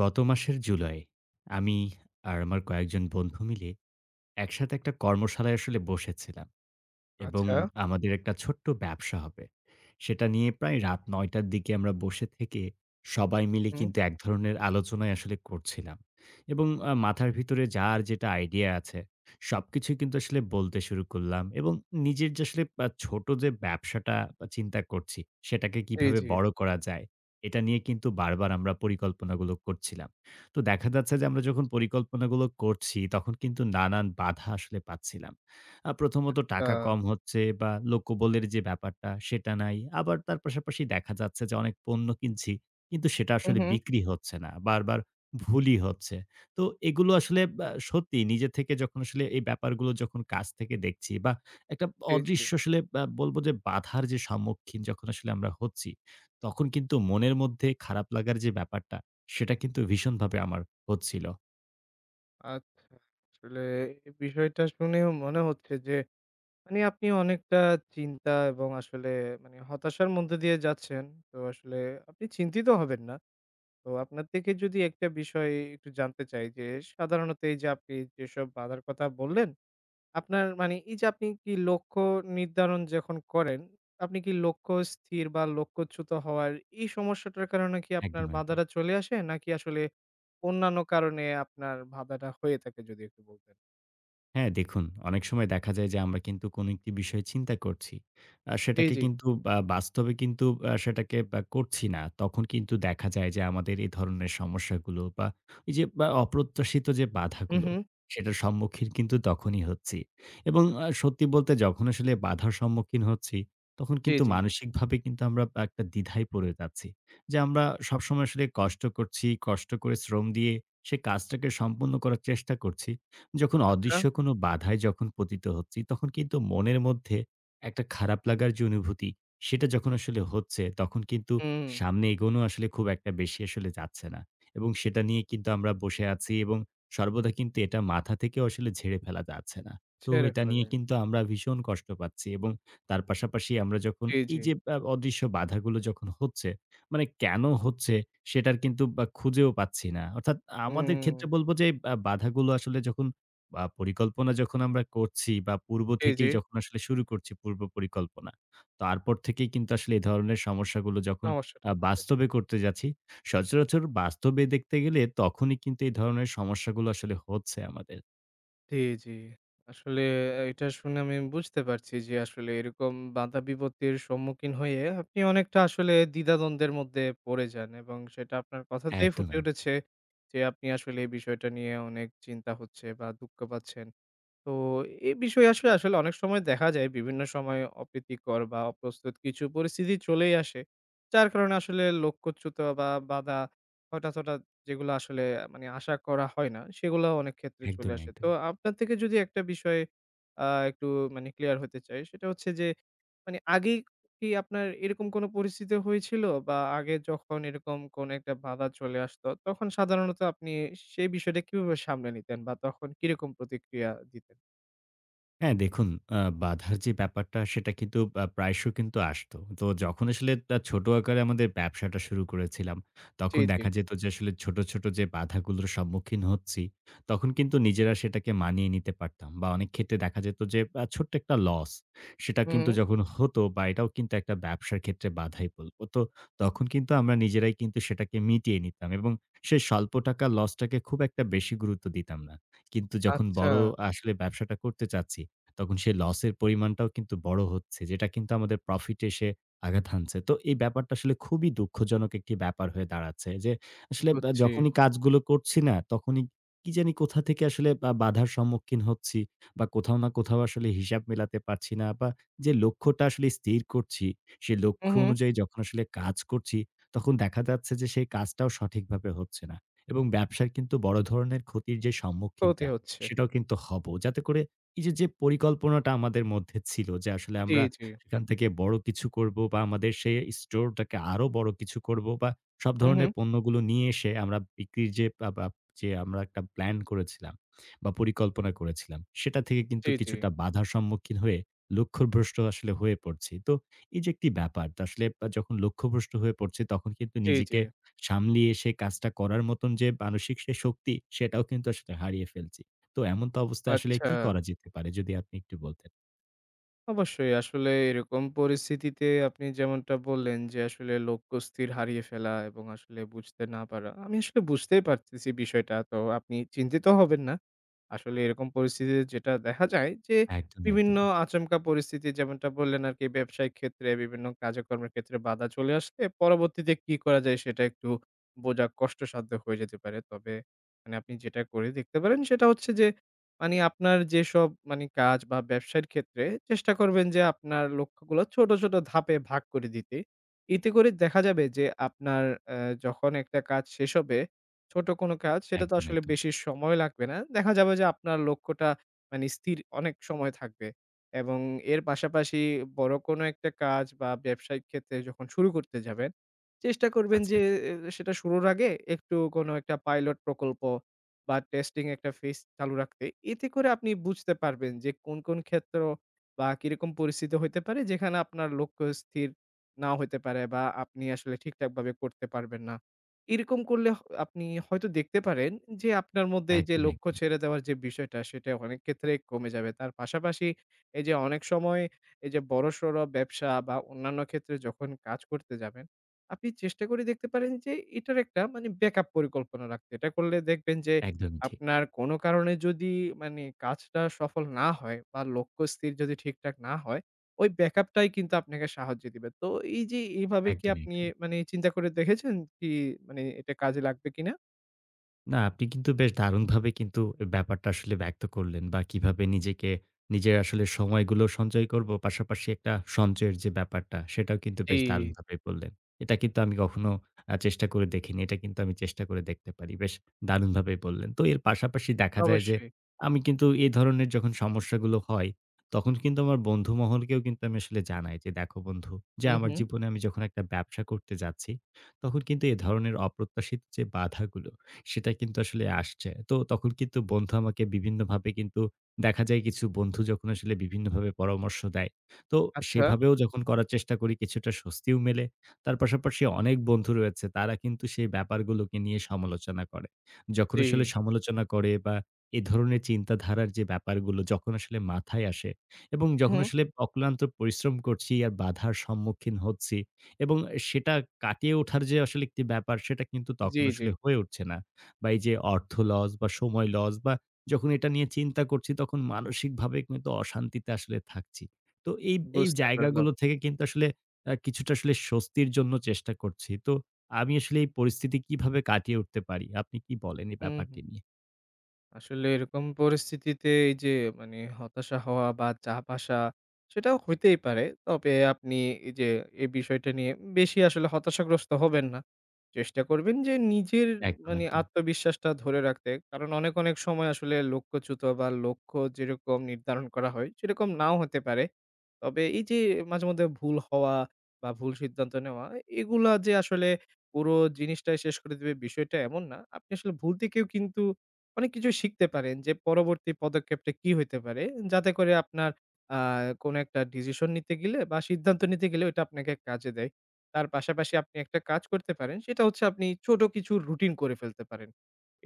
গত মাসের জুলাই আমি আর আমার কয়েকজন বন্ধু মিলে একসাথে একটা কর্মশালায় আসলে বসেছিলাম এবং আচ্ছা। আমাদের একটা ছোট্ট ব্যবসা হবে। সেটা নিয়ে প্রায় রাত ৯ টার দিকে আমরা বসে থেকে সবাই মিলে হুম। কিন্তু এক ধরনের আলোচনাই আসলে করছিলাম। এবং মাথার ভিতরে যার যেটা আইডিয়া আছে সবকিছুই কিন্তু আসলে বলতে শুরু করলাম এবং নিজের যে আসলে ছোট যে ব্যবসাটা চিন্তা করছি, সেটাকে জি, কিভাবে জি। বড় করা যায়? এটা নিয়ে কিন্তু বারবার আমরা পরিকল্পনাগুলো করছিলাম। তো দেখা যাচ্ছে যে আমরা যখন পরিকল্পনাগুলো করছি, তখন কিন্তু নানান বাধা আসলে পাচ্ছিলাম। প্রথমত আ টাকা কম হচ্ছে বা লোকবলের যে ব্যাপারটা সেটা নাই। আবার তার পাশাপাশি দেখা যাচ্ছে যে অনেক পণ্য কিনছি কিন্তু সেটা হু, আসলে হুম। বিক্রি হচ্ছে না। বারবার ভুলই হচ্ছে। তো এগুলো আসলে সত্যি নিজে থেকে যখন আসলে এই ব্যাপারগুলো যখন কাছ থেকে দেখছি বা একটা জি, জি। অদৃশ্য আসলে বলব যে বাধার যে সম্মুখীন যখন আসলে আমরা হচ্ছি, তখন কিন্তু মনের মধ্যে খারাপ লাগার যে ব্যাপারটা সেটা কিন্তু ভীষণভাবে আমার হচ্ছিল। আচ্ছা। আসলে এই বিষয়টা শুনেও মনে হচ্ছে যে মানে আপনি অনেকটা চিন্তা এবং আসলে মানে হতাশার মধ্যে দিয়ে যাচ্ছেন। তো আসলে আপনি চিন্তিত হবেন না। তো আপনার থেকে যদি একটা বিষয় একটু জানতে চাই যে সাধারণত এই যে আপনি যেসব বাধার কথা বললেন আপনার মানে এই যে আপনি কি লক্ষ্য নির্ধারণ যখন করেন, আপনি কি লক্ষ্য স্থির বা লক্ষ্যচ্যুত হওয়ার এই সমস্যাটার কারণে কি আপনার একদম, একদম। বাধাটা চলে আসে? নাকি আসলে অন্যান্য কারণে আপনার বাধাটা হয়ে থাকে যদি একটু বলতেন? হ্যাঁ, দেখুন অনেক সময় দেখা যায় যে আমরা কিন্তু কোনো একটি বিষয় চিন্তা করছি। জি, সেটাকে জি। কিন্তু বাস্তবে কিন্তু সেটাকে করছি না। তখন কিন্তু দেখা যায় যে আমাদের এ ধরনের সমস্যাগুলো বা এই যে বা অপ্রত্যাশিত যে হু, বাধাগুলো, হু। সেটার সম্মুখীন কিন্তু তখনই হচ্ছি। এবং সত্যি বলতে যখন আসলে বাধার সম্মুখীন হচ্ছি, তখন জি, কিন্তু জি। মানসিকভাবে কিন্তু আমরা একটা দ্বিধায় পড়ে যাচ্ছি। যে আমরা সবসময় আসলে কষ্ট করছি, কষ্ট করে শ্রম দিয়ে সে কাজটাকে সম্পূর্ণ করার চেষ্টা করছি। যখন আচ্ছা। অদৃশ্য কোনো বাধায় যখন পতিত হচ্ছি, তখন কিন্তু মনের মধ্যে একটা খারাপ লাগার যে অনুভূতি, সেটা যখন আসলে হচ্ছে, তখন কিন্তু হুম, সামনে এগোনো আসলে খুব একটা বেশি আসলে যাচ্ছে না। এবং সেটা নিয়ে কিন্তু আমরা বসে আছি এবং সর্বদা কিন্তু এটা মাথা থেকেও আসলে ঝেড়ে ফেলা যাচ্ছে না। তো ছেড়ে এটা ফেলা নিয়ে যায় না। কিন্তু আমরা ভীষণ কষ্ট পাচ্ছি এবং তার পাশাপাশি আমরা যখন জি, জি। এই যে অদৃশ্য বাধাগুলো যখন হচ্ছে, মানে কেন হচ্ছে সেটার কিন্তু বা খুঁজেও পাচ্ছি না। অর্থাৎ আমাদের হুম, ক্ষেত্রে বলব যে বাধাগুলো আসলে যখন পরিকল্পনা যখন আমরা করছি বা পূর্ব জি, জি। থেকেই যখন আসলে শুরু করছি পূর্ব পরিকল্পনা, তারপর থেকেই কিন্তু আসলে এ ধরনের সমস্যাগুলো যখন সমস্যাটা বাস্তবে করতে যাচ্ছি, সচরাচর বাস্তবে দেখতে গেলে তখনই কিন্তু এই ধরনের সমস্যাগুলো আসলে হচ্ছে আমাদের। জি, জি। আসলে এটা শুনে আমি বুঝতে পারছি যে আসলে এরকম বাধা বিপত্তির সম্মুখীন হয়ে আপনি অনেকটা আসলে দ্বিধাদ্বন্দ্বের মধ্যে পড়ে যান এবং সেটা আপনার কথাতেই একদম, ফুটে উঠেছে যে আপনি আসলে এই বিষয়টা নিয়ে অনেক চিন্তা হচ্ছে বা দুঃখ পাচ্ছেন। তো এ বিষয়ে আসলে অনেক সময় দেখা যায় বিভিন্ন সময় অপ্রীতিকর বা অপ্রস্তুত কিছু পরিস্থিতি চলেই আসে। যার কারণে আসলে লক্ষ্যচ্যুত বা বাধা হঠাৎ যেগুলো আসলে মানে আশা করা হয় না, সেগুলো অনেক ক্ষেত্রে চলে একদমই, আসে। তো একদমই। আপনার থেকে যদি একটা বিষয়ে একটু মানে ক্লিয়ার হতে চাই, সেটা হচ্ছে যে মানে আগে কি আপনার এরকম কোনো পরিস্থিতি হয়েছিল? বা আগে যখন এরকম কোনো একটা বাধা চলে আসতো, তখন সাধারণত আপনি সেই বিষয়টা কিভাবে সামলে নিতেন? বা তখন কিরকম প্রতিক্রিয়া দিতেন? হ্যাঁ, দেখুন বাধার যে ব্যাপারটা সেটা কিন্তু প্রায়শ কিন্তু আসতো। তো যখন আসলে ছোট আকারে আমাদের ব্যবসাটা শুরু করেছিলাম, জি, তখন জি। দেখা যেত যে আসলে ছোট, ছোট যে বাধাগুলোর সম্মুখীন হচ্ছি, তখন কিন্তু নিজেরা সেটাকে মানিয়ে নিতে পারতাম। বা অনেক ক্ষেত্রে দেখা যেত যে ছোট্ট একটা লস, সেটা হু, হু। কিন্তু যখন হতো বা এটাও কিন্তু একটা ব্যবসার ক্ষেত্রে বাধাই বলব। তো তখন কিন্তু আমরা নিজেরাই কিন্তু সেটাকে মিটিয়ে নিতাম এবং সেই স্বল্প টাকার লসটাকে খুব একটা বেশি গুরুত্ব দিতাম না। কিন্তু যখন আচ্ছা, বড় আসলে ব্যবসাটা করতে চাচ্ছি তখন সেই লসের পরিমাণটাও কিন্তু বড় হচ্ছে। যেটা কিন্তু আমাদের প্রফিটে এসে আঘাত হানছে। তো এই ব্যাপারটা আসলে খুবই দুঃখজনক একটি ব্যাপার হয়ে দাঁড়াচ্ছে যে, আসলে বুঝছি। যখনই কাজগুলো করছি না, তখনই কি জানি কোথা থেকে আসলে বা বাধার সম্মুখীন হচ্ছি বা কোথাও না কোথাও আসলে হিসাব মেলাতে পারছি না বা যে লক্ষ্যটা আসলে স্থির করছি, সেই হু, লক্ষ্য হু। অনুযায়ী যখন আসলে কাজ করছি, তখন দেখা যাচ্ছে যে সেই কাজটাও সঠিকভাবে হচ্ছে না এবং ব্যবসার কিন্তু বড় ধরনের ক্ষতির যে ক্ষতি সম্মুখীনটা, হচ্ছে। সেটাও কিন্তু হব। যাতে করে এই যে, যে পরিকল্পনাটা আমাদের মধ্যে ছিল যে, আসলে জি, আমরা জি। সেখান থেকে বড় কিছু করব বা আমাদের সে স্টোরটাকে আরো বড় কিছু করব বা সব হু, হু। ধরনের পণ্যগুলো নিয়ে এসে আমরা বিক্রির যে বা বা যে আমরা একটা প্ল্যান করেছিলাম বা পরিকল্পনা করেছিলাম, সেটা থেকে কিন্তু জি, জি। কিছুটা বাধার সম্মুখীন হয়ে লক্ষ্যভ্রষ্ট আসলে হয়ে পড়ছি। তো এই যে একটি ব্যাপার তা আসলে যখন লক্ষ্যভ্রষ্ট হয়ে পড়ছি তখন কিন্তু জি, জি। নিজেকে সামলিয়ে সে কাজটা করার মতন যে মানসিক সে শক্তি সেটাও কিন্তু আসলে হারিয়ে ফেলছি। তো এমন তো অবস্থায় আসলে আচ্ছা। কি করা যেতে পারে? যদি আপনি একটু বলতেন। অবশ্যই আসলে এরকম পরিস্থিতিতে আপনি যেমনটা বললেন যে আসলে লক্ষ্য স্থির হারিয়ে ফেলা এবং আসলে বুঝতে না পারা। আমি আসলে বুঝতেই পারতেছি বিষয়টা। তো আপনি চিন্তিত হবেন না। আসলে এরকম পরিস্থিতিতে যেটা দেখা যায় যে একদমই, বিভিন্ন একদমই। আচমকা পরিস্থিতি যেমনটা বললেন আরকি ব্যবসায়িক ক্ষেত্রে বিভিন্ন কাজকর্মের ক্ষেত্রে বাধা চলে আসলে পরবর্তীতে কি করা যায় সেটা একটু বোঝা কষ্টসাধ্য হয়ে যেতে পারে। তবে মানে আপনি যেটা করে দেখতে পারেন সেটা হচ্ছে যে মানে আপনার যেসব মানে কাজ বা ব্যবসার ক্ষেত্রে চেষ্টা করবেন যে আপনার লক্ষ্যগুলো ছোট, ছোট ধাপে ভাগ করে দিতে। এতে করে দেখা যাবে যে আপনার আ যখন একটা কাজ শেষ হবে, ছোট কোনো কাজ সেটা তো একদম, আসলে একদম। বেশি সময় লাগবে না। দেখা যাবে যে আপনার লক্ষ্যটা মানে স্থির অনেক সময় থাকবে। এবং এর পাশাপাশি বড় কোনো একটা কাজ বা ব্যবসায়িক ক্ষেত্রে যখন শুরু করতে যাবেন, চেষ্টা করবেন আচ্ছা, যে আচ্ছা। সেটা শুরুর আগে একটু কোনো একটা পাইলট প্রকল্প বা টেস্টিং একটা ফেজ চালু রাখতে। এতে করে আপনি বুঝতে পারবেন যে কোন, কোন ক্ষেত্র বা কিরকম পরিস্থিতি হইতে পারে যেখানে আপনার লক্ষ্য স্থির নাও হইতে পারে বা আপনি আসলে ঠিকঠাকভাবে করতে পারবেন না। এরকম করলে আপনি হয়তো দেখতে পারেন যে আপনার মধ্যে যে একদমই, লক্ষ্য একদমই। ছেড়ে দেওয়ার যে বিষয়টা সেটা অনেক ক্ষেত্রেই কমে যাবে। তার পাশাপাশি এই যে অনেক সময় এই যে বড়সড় ব্যবসা বা অন্যান্য ক্ষেত্রে যখন কাজ করতে যাবেন, আপনি চেষ্টা করে দেখতে পারেন যে এটার একটা মানে ব্যাকআপ পরিকল্পনা রাখতে। এটা করলে দেখবেন যে একদমই ঠিক। আপনার কোনো কারণে যদি মানে কাজটা সফল না হয় বা লক্ষ্য স্থির যদি ঠিকঠাক না হয়, ওই ব্যাকআপটাই কিন্তু আপনাকে সাহায্য দিবে। তো এই যে এভাবে কি একদমই, আপনি একদমই। মানে চিন্তা করে দেখেছেন কি মানে এটা কাজে লাগবে কিনা? না, আপনি কিন্তু বেশ দারুণভাবে কিন্তু ব্যাপারটা আসলে ব্যক্ত করলেন বা কিভাবে নিজেকে নিজের আসলে সময়গুলো সঞ্চয় করব, পাশাপাশি একটা সঞ্চয়ের যে ব্যাপারটা সেটাও কিন্তু জি, বেশ দারুণভাবে বললেন। এটা কিন্তু আমি কখনো চেষ্টা করে দেখিনি। এটা কিন্তু আমি চেষ্টা করে দেখতে পারি। বেশ দারুণভাবেই বললেন। তো এর পাশাপাশি দেখা যায় যে অবশ্যই। আমি কিন্তু এই ধরনের যখন সমস্যাগুলো হয়, তখন কিন্তু আমার বন্ধু মহলকেও কিন্তু আমি আসলে জানাই যে, "দেখো বন্ধু যে হুম, আমার হুম। জীবনে আমি যখন একটা ব্যবসা করতে যাচ্ছি, তখন কিন্তু এ ধরনের অপ্রত্যাশিত যে বাধাগুলো সেটা কিন্তু আসলে আসছে। তো তখন কিন্তু বন্ধু আমাকে বিভিন্নভাবে কিন্তু দেখা যায় কিছু বন্ধু যখন আসলে বিভিন্নভাবে পরামর্শ দেয়। তো আচ্ছা। সেভাবেও যখন করার চেষ্টা করি কিছুটা স্বস্তিও মেলে। তার পাশাপাশি অনেক বন্ধু রয়েছে তারা কিন্তু সেই ব্যাপারগুলোকে নিয়ে সমালোচনা করে। যখন জি। আসলে সমালোচনা করে বা এ ধরনের চিন্তাধারার যে ব্যাপারগুলো যখন আসলে মাথায় আসে এবং যখন হুম। আসলে অক্লান্ত পরিশ্রম করছি আর বাধার সম্মুখীন হচ্ছি এবং সেটা কাটিয়ে ওঠার যে আসলে একটি ব্যাপার সেটা কিন্তু জি, তখন জি। আসলে হয়ে উঠছে না। বা এই যে অর্থ লস বা সময় লস বা যখন এটা নিয়ে চিন্তা করছি তখন মানসিকভাবে কিন্তু অশান্তিতে আসলে থাকছি। তো এই বুঝতে পারলাম। জায়গাগুলো থেকে কিন্তু আসলে কিছুটা আসলে স্বস্তির জন্য চেষ্টা করছি। তো আমি আসলে এই পরিস্থিতি কিভাবে কাটিয়ে উঠতে পারি? আপনি কি বলেন এই হুম, ব্যাপারটি হুম। নিয়ে? আসলে এরকম পরিস্থিতিতে এই যে মানে হতাশা হওয়া বা চাপ আসা সেটাও হইতেই পারে। তবে আপনি এই যে এই বিষয়টা নিয়ে বেশি আসলে হতাশাগ্রস্ত হবেন না। চেষ্টা করবেন যে নিজের একদম, মানে একদম। আত্মবিশ্বাসটা ধরে রাখতে। কারণ অনেক সময় আসলে লক্ষ্যচ্যুত বা লক্ষ্য যেরকম নির্ধারণ করা হয় সেরকম নাও হতে পারে। তবে এই যে মাঝেমধ্যে ভুল হওয়া বা ভুল সিদ্ধান্ত নেওয়া, এগুলা যে আসলে পুরো জিনিসটাই শেষ করে দিবে বিষয়টা এমন না। আপনি আসলে ভুল থেকেও কিন্তু অনেক কিছু শিখতে পারেন যে পরবর্তী পদক্ষেপটা কি হইতে পারে। যাতে করে আপনার আ কোনো একটা ডিসিশন নিতে গেলে বা সিদ্ধান্ত নিতে গেলে ওইটা আপনাকে কাজে দেয়। তার পাশাপাশি আপনি একটা কাজ করতে পারেন। সেটা হচ্ছে আপনি ছোট কিছু রুটিন করে ফেলতে পারেন।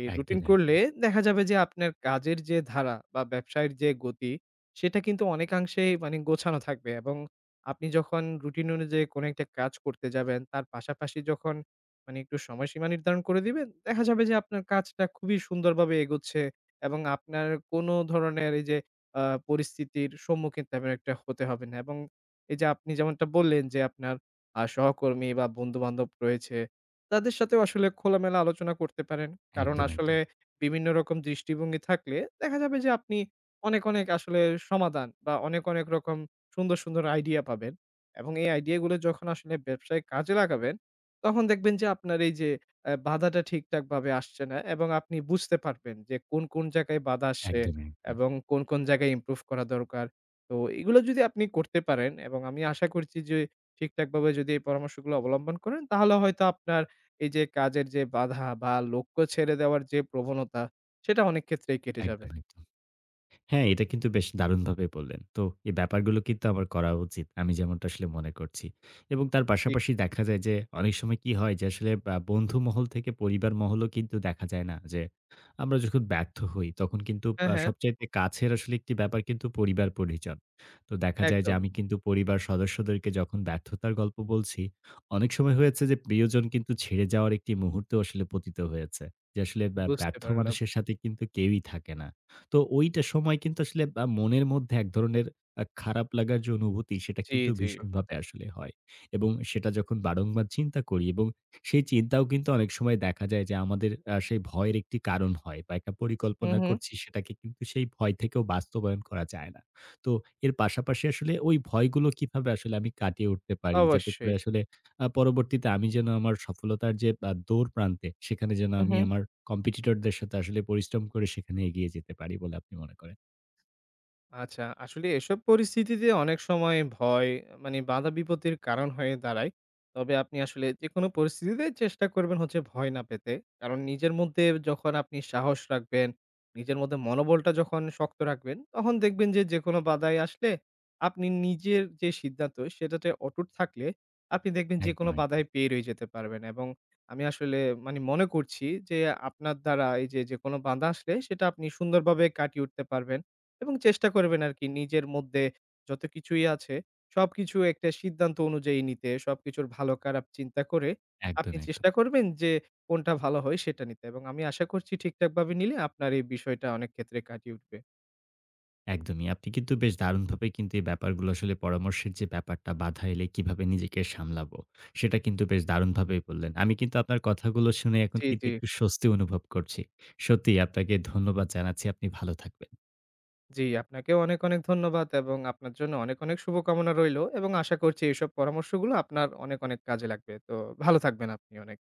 এই রুটিন একদমই, করলে একদমই। দেখা যাবে যে আপনার কাজের যে ধারা বা ব্যবসায়ের যে গতি সেটা কিন্তু অনেকাংশেই মানে গোছানো থাকবে এবং আপনি যখন রুটিন অনুযায়ী কোনো একটা কাজ করতে যাবেন, তার পাশাপাশি যখন মানে একটু সময়সীমা নির্ধারণ করে দিবেন, দেখা যাবে যে আপনার কাজটা খুবই সুন্দরভাবে এগোচ্ছে এবং আপনার কোনো ধরনের এই যে আ পরিস্থিতির সম্মুখীন তেমন একটা হতে হবে না এবং এই যে আপনি যেমনটা বললেন যে আপনার সহকর্মী বা বন্ধু-বান্ধব রয়েছে, তাদের সাথেও আসলে খোলামেলা আলোচনা করতে পারেন। কারণ একদম, আসলে একদম। বিভিন্ন রকম দৃষ্টিভঙ্গি থাকলে দেখা যাবে যে আপনি অনেক আসলে সমাধান বা অনেক রকম সুন্দর আইডিয়া পাবেন এবং এই আইডিয়াগুলো যখন আসলে ব্যবসায় কাজে লাগাবেন, তখন দেখবেন যে আপনার এই যে বাধাটা ঠিকঠাকভাবে আসছে না এবং আপনি বুঝতে পারবেন যে কোন, কোন জায়গায় বাধা আসছে একদম, একদম। এবং কোন, কোন জায়গায় ইমপ্রুভ করা দরকার। তো এগুলো যদি আপনি করতে পারেন এবং আমি আশা করছি যে ঠিকঠাকভাবে যদি এই পরামর্শগুলো অবলম্বন করেন, তাহলে হয়তো আপনার এই যে কাজের যে বাধা বা লক্ষ্য ছেড়ে দেওয়ার যে প্রবণতা, সেটা অনেক ক্ষেত্রেই কেটে যাবে। একদম, একদম। হ্যাঁ, এটা কিন্তু বেশ দারুণভাবে বললেন। তো এই ব্যাপারগুলো কিন্তু আমার করা উচিত। আমি যেমনটা আসলে মনে করছি। এবং তার জি। পাশাপাশি দেখা যায় যে অনেক সময় কি হয় যে আসলে বন্ধু মহল থেকে পরিবার মহলও কিন্তু দেখা যায় না যে আমরা যখন ব্যর্থ হই তখন কিন্তু হ্যাঁ, হ্যাঁ। সবচাইতে কাছের আসলে একটি ব্যাপার কিন্তু পরিবার পরিজন। তো দেখা যায় যে একদম আমি কিন্তু পরিবার সদস্যদেরকে যখন ব্যর্থতার গল্প বলছি, অনেক সময় হয়েছে যে প্রিয়জন কিন্তু ছেড়ে যাওয়ার একটি মুহূর্ত আসলে পতিত হয়েছে। যে আসলে বুঝতে ব্যর্থ পারলাম। মানুষের সাথে কিন্তু কেউই থাকে না। তো ওইটা সময় কিন্তু আসলে মনের মধ্যে এক ধরনের খারাপ লাগার যে অনুভূতি সেটা জি, কিন্তু জি। ভীষণভাবে আসলে হয়। এবং সেটা যখন বারংবার চিন্তা করি এবং সেই চিন্তাও কিন্তু অনেক সময় দেখা যায় যে আমাদের সেই ভয়ের একটি কারণ হয় বা একটা হু, পরিকল্পনা হু। করছি সেটাকে কিন্তু সেই ভয় থেকেও বাস্তবায়ন করা যায় না। তো এর পাশাপাশি আসলে ওই ভয়গুলো কিভাবে আসলে আমি কাটিয়ে উঠতে পারি? যাতে করে অবশ্যই। আসলে পরবর্তীতে আমি যেন আমার সফলতার যে দৌড় প্রান্তে, সেখানে যেন হু, আমি হু। আমার কম্পিটিটরদের সাথে আসলে পরিশ্রম করে সেখানে এগিয়ে যেতে পারি বলে আপনি মনে করেন। আচ্ছা, আসলে এসব পরিস্থিতিতে অনেক সময় ভয় মানে বাধা বিপত্তির কারণ হয়ে দাঁড়ায়। তবে আপনি আসলে যেকোনো পরিস্থিতিতে চেষ্টা করবেন হচ্ছে ভয় না পেতে। কারণ নিজের মধ্যে যখন আপনি সাহস রাখবেন, নিজের মধ্যে মনোবলটা যখন শক্ত রাখবেন, তখন দেখবেন যে যেকোনো বাধাই আসলে আপনি নিজের যে সিদ্ধান্ত সেটাতে অটুট থাকলে আপনি দেখবেন যেকোনো একদম, একদম। বাধায় পেরিয়ে যেতে পারবেন। এবং আমি আসলে মানে মনে করছি যে আপনার দ্বারা এই যে যেকোনো বাধা আসলে সেটা আপনি সুন্দরভাবে কাটিয়ে উঠতে পারবেন। এবং চেষ্টা করবেন আরকি নিজের মধ্যে যত কিছুই আছে সবকিছু একটা সিদ্ধান্ত অনুযায়ী নিতে, সবকিছুর ভালো খারাপ চিন্তা করে একদম, আপনি একদম। চেষ্টা করবেন যে কোনটা ভালো হয় সেটা নিতে এবং আমি আশা করছি ঠিকঠাকভাবে নিলে আপনার এই বিষয়টা অনেক ক্ষেত্রে কাটিয়ে উঠবে। একদমই। আপনি কিন্তু বেশ দারুণভাবে কিন্তু এই ব্যাপারগুলো আসলে পরামর্শের যে ব্যাপারটা, বাধা এলে কিভাবে নিজেকে সামলাবো, সেটা কিন্তু বেশ দারুণভাবেই বললেন। আমি কিন্তু আপনার কথাগুলো শুনে এখন জি, কিন্তু জি, একটু স্বস্তি অনুভব করছি। সত্যিই আপনাকে ধন্যবাদ জানাচ্ছি। আপনি ভালো থাকবেন। জি, আপনাকেও অনেক ধন্যবাদ এবং আপনার জন্য অনেক শুভকামনা রইলো এবং আশা করছি এইসব পরামর্শগুলো আপনার অনেক কাজে লাগবে। তো ভালো থাকবেন আপনি অনেক।